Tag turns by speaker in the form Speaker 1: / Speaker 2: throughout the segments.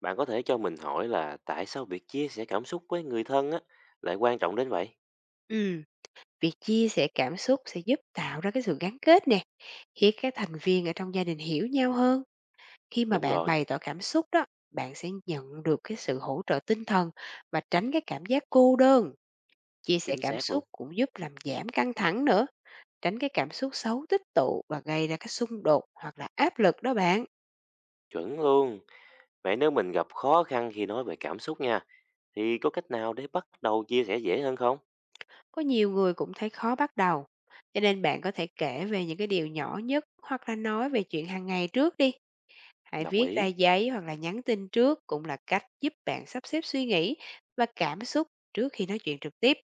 Speaker 1: Bạn có thể cho mình hỏi là tại sao việc chia sẻ cảm xúc với người thân á lại quan trọng đến vậy?
Speaker 2: Ừ, việc chia sẻ cảm xúc sẽ giúp tạo ra cái sự gắn kết nè, khiến các thành viên ở trong gia đình hiểu nhau hơn. Khi mà
Speaker 1: Đúng
Speaker 2: bạn
Speaker 1: rồi,
Speaker 2: bày tỏ cảm xúc đó, bạn sẽ nhận được cái sự hỗ trợ tinh thần và tránh cái cảm giác cô đơn. Chia sẻ
Speaker 1: chính
Speaker 2: cảm
Speaker 1: xác
Speaker 2: xúc
Speaker 1: luôn,
Speaker 2: cũng giúp làm giảm căng thẳng nữa, tránh cái cảm xúc xấu tích tụ và gây ra cái xung đột hoặc là áp lực đó bạn.
Speaker 1: chuẩn luôn. Vậy nếu mình gặp khó khăn khi nói về cảm xúc nha, thì có cách nào để bắt đầu chia sẻ dễ hơn không?
Speaker 2: Có nhiều người cũng thấy khó bắt đầu. Cho nên bạn có thể kể về những cái điều nhỏ nhất hoặc là nói về chuyện hàng ngày trước đi. Hãy
Speaker 1: Đồng
Speaker 2: viết ra
Speaker 1: ý,
Speaker 2: giấy hoặc là nhắn tin trước cũng là cách giúp bạn sắp xếp suy nghĩ và cảm xúc trước khi nói chuyện trực tiếp.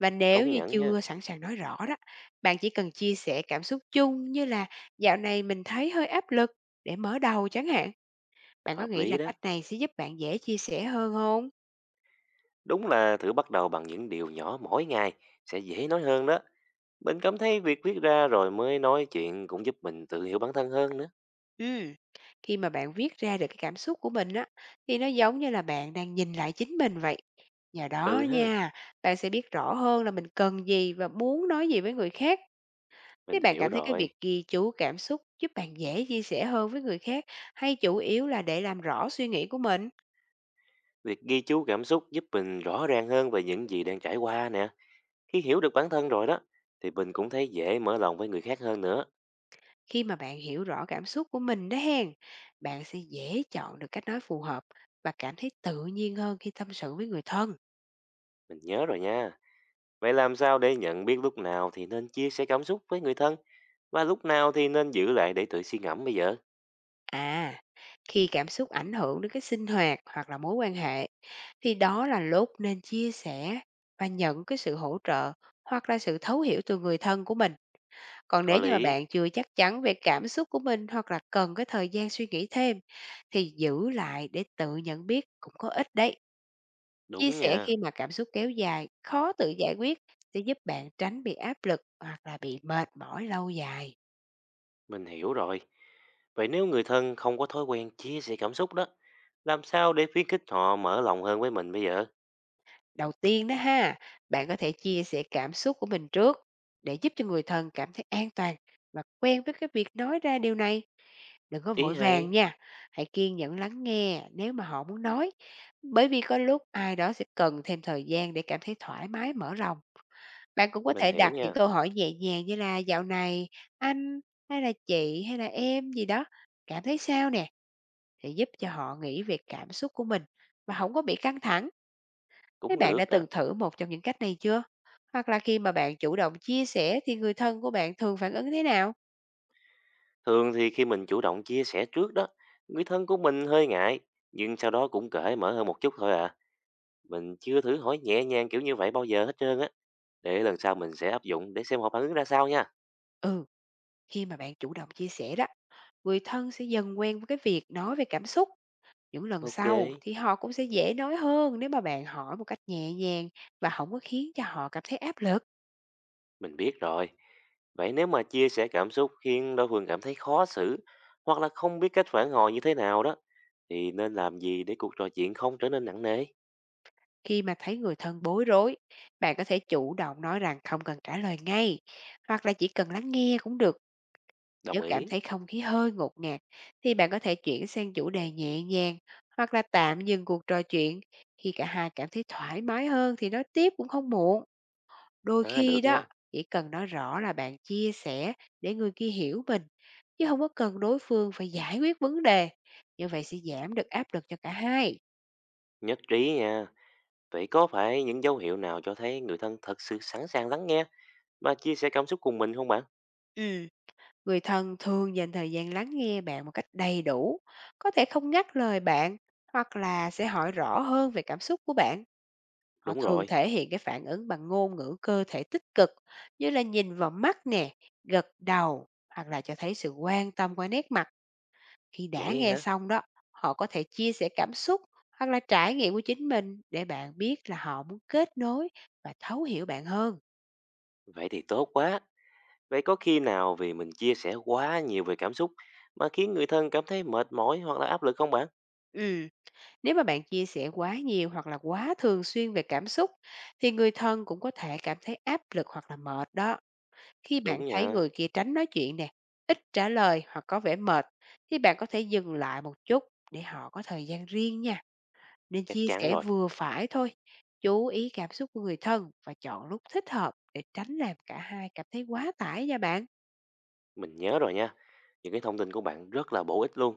Speaker 2: Và nếu
Speaker 1: công
Speaker 2: như
Speaker 1: nhận nha,
Speaker 2: chưa sẵn sàng nói rõ đó, bạn chỉ cần chia sẻ cảm xúc chung như là dạo này mình thấy hơi áp lực để mở đầu chẳng hạn. Bạn có
Speaker 1: hợp
Speaker 2: nghĩ
Speaker 1: lý
Speaker 2: là
Speaker 1: đó.
Speaker 2: cách này sẽ giúp bạn dễ chia sẻ hơn không?
Speaker 1: Đúng là thử bắt đầu bằng những điều nhỏ mỗi ngày sẽ dễ nói hơn đó. Mình cảm thấy việc viết ra rồi mới nói chuyện cũng giúp mình tự hiểu bản thân hơn nữa.
Speaker 2: Ừ. Khi mà bạn viết ra được cái cảm xúc của mình á, thì nó giống như là bạn đang nhìn lại chính mình vậy. Nhờ đó
Speaker 1: Ừ ha,
Speaker 2: nha, bạn sẽ biết rõ hơn là mình cần gì và muốn nói gì với người khác. Thế
Speaker 1: mình
Speaker 2: bạn
Speaker 1: hiểu
Speaker 2: cảm thấy cái việc
Speaker 1: rồi.
Speaker 2: ghi chú cảm xúc giúp bạn dễ chia sẻ hơn với người khác hay chủ yếu là để làm rõ suy nghĩ của mình?
Speaker 1: Việc ghi chú cảm xúc giúp mình rõ ràng hơn về những gì đang trải qua nè. Khi hiểu được bản thân rồi đó, thì mình cũng thấy dễ mở lòng với người khác hơn nữa.
Speaker 2: Khi mà bạn hiểu rõ cảm xúc của mình đó hen, bạn sẽ dễ chọn được cách nói phù hợp và cảm thấy tự nhiên hơn khi tâm sự với người thân.
Speaker 1: Mình nhớ rồi nha. Vậy làm sao để nhận biết lúc nào thì nên chia sẻ cảm xúc với người thân và lúc nào thì nên giữ lại để tự suy ngẫm bây giờ?
Speaker 2: À, khi cảm xúc ảnh hưởng đến cái sinh hoạt hoặc là mối quan hệ thì đó là lúc nên chia sẻ và nhận cái sự hỗ trợ hoặc là sự thấu hiểu từ người thân của mình. Còn
Speaker 1: Có
Speaker 2: nếu như mà
Speaker 1: lý.
Speaker 2: bạn chưa chắc chắn về cảm xúc của mình hoặc là cần cái thời gian suy nghĩ thêm thì giữ lại để tự nhận biết cũng có ích đấy. Chia
Speaker 1: Đúng
Speaker 2: sẻ
Speaker 1: nha.
Speaker 2: khi mà cảm xúc kéo dài, khó tự giải quyết sẽ giúp bạn tránh bị áp lực hoặc là bị mệt mỏi lâu dài.
Speaker 1: Mình hiểu rồi. Vậy nếu người thân không có thói quen chia sẻ cảm xúc đó, làm sao để khuyến khích họ mở lòng hơn với mình bây giờ?
Speaker 2: Đầu tiên đó ha, bạn có thể chia sẻ cảm xúc của mình trước để giúp cho người thân cảm thấy an toàn và quen với cái việc nói ra điều này. Đừng có
Speaker 1: Ý
Speaker 2: vội vàng
Speaker 1: hay,
Speaker 2: nha, hãy kiên nhẫn lắng nghe nếu mà họ muốn nói. Bởi vì có lúc ai đó sẽ cần thêm thời gian để cảm thấy thoải mái mở lòng. Bạn cũng có
Speaker 1: mình
Speaker 2: thể
Speaker 1: hiểu
Speaker 2: đặt những
Speaker 1: nha,
Speaker 2: câu hỏi nhẹ nhàng như là dạo này anh hay là chị hay là em gì đó cảm thấy sao nè, để giúp cho họ nghĩ về cảm xúc của mình mà không có bị căng thẳng. Thế
Speaker 1: cũng
Speaker 2: bạn đã
Speaker 1: được đó.
Speaker 2: từng thử một trong những cách này chưa? Hoặc là khi mà bạn chủ động chia sẻ thì người thân của bạn thường phản ứng thế nào?
Speaker 1: Thường thì khi mình chủ động chia sẻ trước đó, người thân của mình hơi ngại, nhưng sau đó cũng cởi mở hơn một chút thôi à. Mình chưa thử hỏi nhẹ nhàng kiểu như vậy bao giờ hết trơn á. Để lần sau mình sẽ áp dụng để xem họ phản ứng ra sao nha.
Speaker 2: Ừ, khi mà bạn chủ động chia sẻ đó, người thân sẽ dần quen với cái việc nói về cảm xúc. Những lần
Speaker 1: Ok,
Speaker 2: sau thì họ cũng sẽ dễ nói hơn nếu mà bạn hỏi một cách nhẹ nhàng và không có khiến cho họ cảm thấy áp lực.
Speaker 1: mình biết rồi. Vậy nếu mà chia sẻ cảm xúc khiến đối phương cảm thấy khó xử hoặc là không biết cách phản hồi như thế nào đó thì nên làm gì để cuộc trò chuyện không trở nên nặng nề?
Speaker 2: Khi mà thấy người thân bối rối, bạn có thể chủ động nói rằng không cần trả lời ngay, hoặc là chỉ cần lắng nghe cũng được.
Speaker 1: Đồng
Speaker 2: Nếu cảm
Speaker 1: ý.
Speaker 2: thấy không khí hơi ngột ngạt thì bạn có thể chuyển sang chủ đề nhẹ nhàng hoặc là tạm dừng cuộc trò chuyện. Khi cả hai cảm thấy thoải mái hơn thì nói tiếp cũng không muộn. Đôi
Speaker 1: À
Speaker 2: khi
Speaker 1: được
Speaker 2: đó,
Speaker 1: nha,
Speaker 2: chỉ cần nói rõ là bạn chia sẻ để người kia hiểu mình chứ không có cần đối phương phải giải quyết vấn đề. Như vậy sẽ giảm được áp lực cho cả hai.
Speaker 1: nhất trí nha. Vậy có phải những dấu hiệu nào cho thấy người thân thật sự sẵn sàng lắng nghe và chia sẻ cảm xúc cùng mình không bạn?
Speaker 2: Ừ, người thân thường dành thời gian lắng nghe bạn một cách đầy đủ, có thể không ngắt lời bạn hoặc là sẽ hỏi rõ hơn về cảm xúc của bạn. Họ
Speaker 1: Đúng
Speaker 2: thường
Speaker 1: rồi,
Speaker 2: thể hiện cái phản ứng bằng ngôn ngữ cơ thể tích cực như là nhìn vào mắt nè, gật đầu hoặc là cho thấy sự quan tâm qua nét mặt. Khi đã
Speaker 1: vậy
Speaker 2: nghe
Speaker 1: hả?
Speaker 2: xong đó, họ có thể chia sẻ cảm xúc hoặc là trải nghiệm của chính mình để bạn biết là họ muốn kết nối và thấu hiểu bạn hơn.
Speaker 1: Vậy thì tốt quá. Vậy có khi nào vì mình chia sẻ quá nhiều về cảm xúc mà khiến người thân cảm thấy mệt mỏi hoặc là áp lực không bạn?
Speaker 2: Ừ. Nếu mà bạn chia sẻ quá nhiều hoặc là quá thường xuyên về cảm xúc thì người thân cũng có thể cảm thấy áp lực hoặc là mệt đó. Khi bạn
Speaker 1: Đúng
Speaker 2: thấy
Speaker 1: nha,
Speaker 2: người kia tránh nói chuyện nè, ít trả lời hoặc có vẻ mệt thì bạn có thể dừng lại một chút để họ có thời gian riêng nha. Nên
Speaker 1: chắc
Speaker 2: chia
Speaker 1: chắn
Speaker 2: sẻ
Speaker 1: rồi.
Speaker 2: vừa phải thôi. Chú ý cảm xúc của người thân và chọn lúc thích hợp để tránh làm cả hai cảm thấy quá tải nha bạn.
Speaker 1: Mình nhớ rồi nha. Những cái thông tin của bạn rất là bổ ích luôn.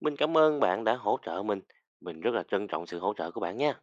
Speaker 1: Mình cảm ơn bạn đã hỗ trợ mình. Mình rất là trân trọng sự hỗ trợ của bạn nha.